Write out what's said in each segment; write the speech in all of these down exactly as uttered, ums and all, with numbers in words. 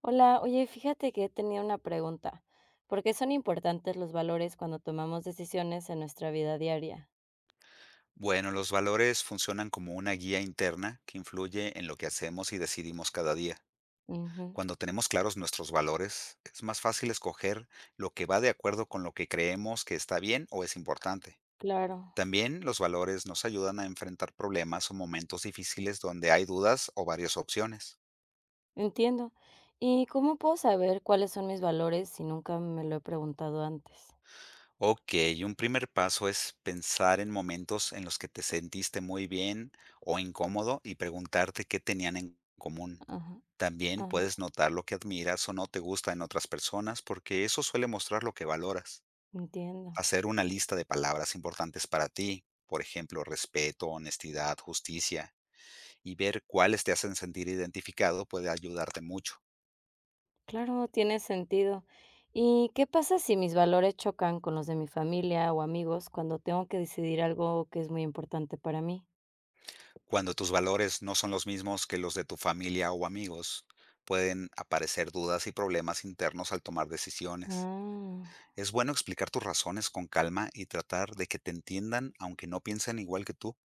Hola, oye, fíjate que tenía una pregunta. ¿Por qué son importantes los valores cuando tomamos decisiones en nuestra vida diaria? Bueno, los valores funcionan como una guía interna que influye en lo que hacemos y decidimos cada día. Ujú, Cuando tenemos claros nuestros valores, es más fácil escoger lo que va de acuerdo con lo que creemos que está bien o es importante. claro, También los valores nos ayudan a enfrentar problemas o momentos difíciles donde hay dudas o varias opciones. entiendo. ¿Y cómo puedo saber cuáles son mis valores si nunca me lo he preguntado antes? Ok, un primer paso es pensar en momentos en los que te sentiste muy bien o incómodo y preguntarte qué tenían en común. Ajá, También ajá, puedes notar lo que admiras o no te gusta en otras personas porque eso suele mostrar lo que valoras. entiendo. Hacer una lista de palabras importantes para ti, por ejemplo, respeto, honestidad, justicia, y ver cuáles te hacen sentir identificado puede ayudarte mucho. Claro, tiene sentido. ¿Y qué pasa si mis valores chocan con los de mi familia o amigos cuando tengo que decidir algo que es muy importante para mí? Cuando tus valores no son los mismos que los de tu familia o amigos, pueden aparecer dudas y problemas internos al tomar decisiones. Ah, Es bueno explicar tus razones con calma y tratar de que te entiendan aunque no piensen igual que tú.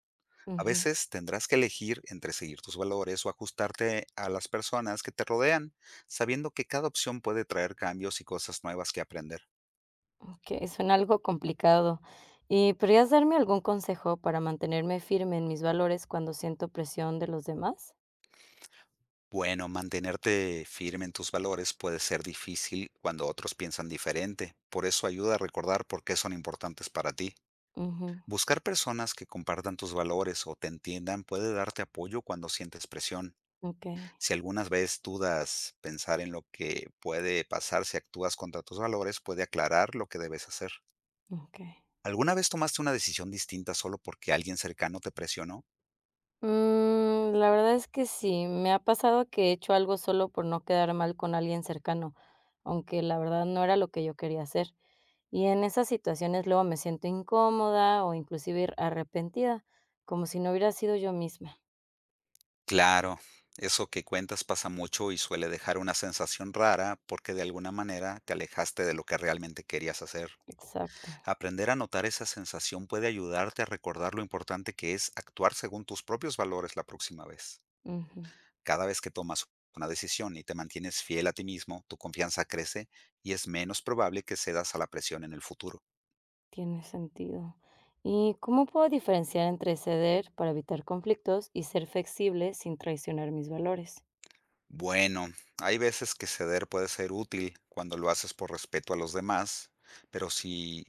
A ujú. veces tendrás que elegir entre seguir tus valores o ajustarte a las personas que te rodean, sabiendo que cada opción puede traer cambios y cosas nuevas que aprender. Que suena algo complicado. ¿Y podrías darme algún consejo para mantenerme firme en mis valores cuando siento presión de los demás? Bueno, mantenerte firme en tus valores puede ser difícil cuando otros piensan diferente, por eso ayuda a recordar por qué son importantes para ti. Ujú, Buscar personas que compartan tus valores o te entiendan puede darte apoyo cuando sientes presión. okey, Si algunas veces dudas, pensar en lo que puede pasar si actúas contra tus valores puede aclarar lo que debes hacer. okey. ¿Alguna vez tomaste una decisión distinta solo porque alguien cercano te presionó? Mm, la verdad es que sí, me ha pasado que he hecho algo solo por no quedar mal con alguien cercano, aunque la verdad no era lo que yo quería hacer. Y en esas situaciones luego me siento incómoda o inclusive ir arrepentida, como si no hubiera sido yo misma. Claro, eso que cuentas pasa mucho y suele dejar una sensación rara porque de alguna manera te alejaste de lo que realmente querías hacer. Exacto. Aprender a notar esa sensación puede ayudarte a recordar lo importante que es actuar según tus propios valores la próxima vez. Ujú. Cada vez que tomas una decisión y te mantienes fiel a ti mismo, tu confianza crece y es menos probable que cedas a la presión en el futuro. Tiene sentido. ¿Y cómo puedo diferenciar entre ceder para evitar conflictos y ser flexible sin traicionar mis valores? Bueno, hay veces que ceder puede ser útil cuando lo haces por respeto a los demás, pero si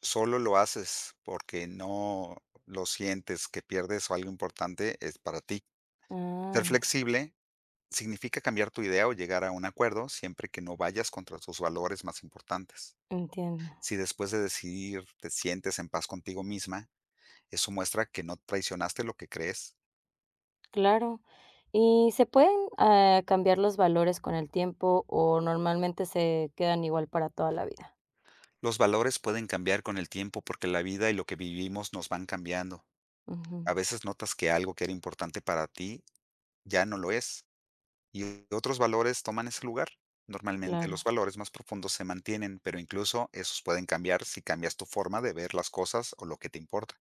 solo lo haces porque no lo sientes, que pierdes algo importante, es para ti. Ah, Ser flexible significa cambiar tu idea o llegar a un acuerdo siempre que no vayas contra tus valores más importantes. entiendo. Si después de decidir te sientes en paz contigo misma, eso muestra que no traicionaste lo que crees. Claro. ¿Y se pueden eh, cambiar los valores con el tiempo o normalmente se quedan igual para toda la vida? Los valores pueden cambiar con el tiempo porque la vida y lo que vivimos nos van cambiando. Ujú, A veces notas que algo que era importante para ti ya no lo es, y otros valores toman ese lugar. Normalmente claro, los valores más profundos se mantienen, pero incluso esos pueden cambiar si cambias tu forma de ver las cosas o lo que te importa.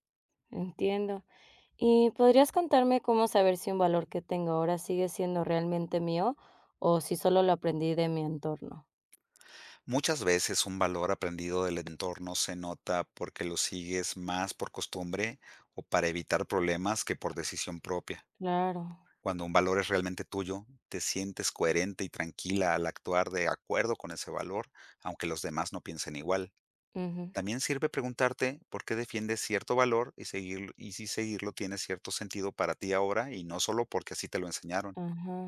entiendo. ¿Y podrías contarme cómo saber si un valor que tengo ahora sigue siendo realmente mío o si solo lo aprendí de mi entorno? Muchas veces un valor aprendido del entorno se nota porque lo sigues más por costumbre o para evitar problemas que por decisión propia. Claro, Cuando un valor es realmente tuyo, te sientes coherente y tranquila al actuar de acuerdo con ese valor, aunque los demás no piensen igual. ujú, También sirve preguntarte por qué defiendes cierto valor y, seguir, y si seguirlo tiene cierto sentido para ti ahora y no solo porque así te lo enseñaron. ajá.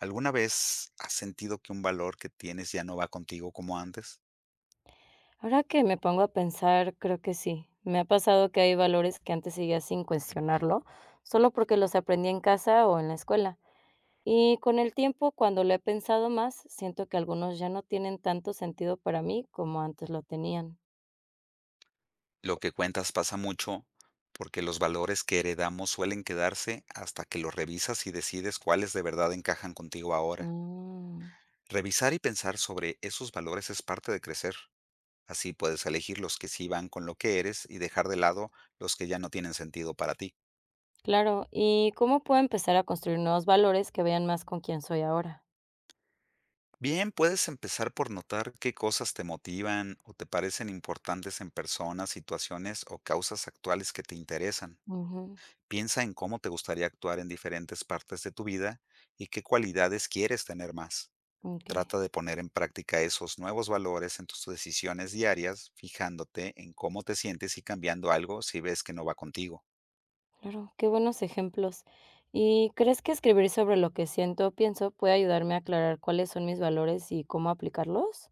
¿Alguna vez has sentido que un valor que tienes ya no va contigo como antes? Ahora que me pongo a pensar, creo que sí. Me ha pasado que hay valores que antes seguía sin cuestionarlo, solo porque los aprendí en casa o en la escuela. Y con el tiempo, cuando lo he pensado más, siento que algunos ya no tienen tanto sentido para mí como antes lo tenían. Lo que cuentas pasa mucho porque los valores que heredamos suelen quedarse hasta que los revisas y decides cuáles de verdad encajan contigo ahora. Mm, Revisar y pensar sobre esos valores es parte de crecer. Así puedes elegir los que sí van con lo que eres y dejar de lado los que ya no tienen sentido para ti. claro. ¿Y cómo puedo empezar a construir nuevos valores que vean más con quién soy ahora? Bien, puedes empezar por notar qué cosas te motivan o te parecen importantes en personas, situaciones o causas actuales que te interesan. Ujú, Piensa en cómo te gustaría actuar en diferentes partes de tu vida y qué cualidades quieres tener más. ok. Trata de poner en práctica esos nuevos valores en tus decisiones diarias, fijándote en cómo te sientes y cambiando algo si ves que no va contigo. Claro, qué buenos ejemplos. ¿Y crees que escribir sobre lo que siento o pienso puede ayudarme a aclarar cuáles son mis valores y cómo aplicarlos?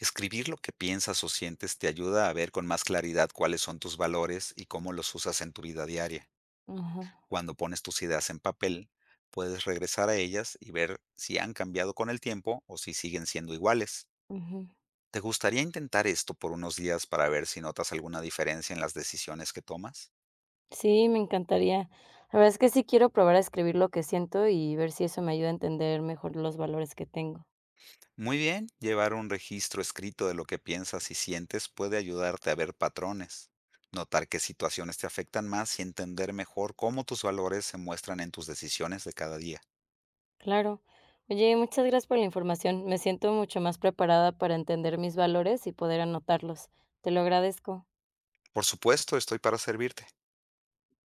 Escribir lo que piensas o sientes te ayuda a ver con más claridad cuáles son tus valores y cómo los usas en tu vida diaria. Ajá, Cuando pones tus ideas en papel, puedes regresar a ellas y ver si han cambiado con el tiempo o si siguen siendo iguales. ujú. ¿Te gustaría intentar esto por unos días para ver si notas alguna diferencia en las decisiones que tomas? Sí, me encantaría. La verdad es que sí quiero probar a escribir lo que siento y ver si eso me ayuda a entender mejor los valores que tengo. Muy bien, llevar un registro escrito de lo que piensas y sientes puede ayudarte a ver patrones, notar qué situaciones te afectan más y entender mejor cómo tus valores se muestran en tus decisiones de cada día. Claro. Oye, muchas gracias por la información. Me siento mucho más preparada para entender mis valores y poder anotarlos. Te lo agradezco. Por supuesto, estoy para servirte.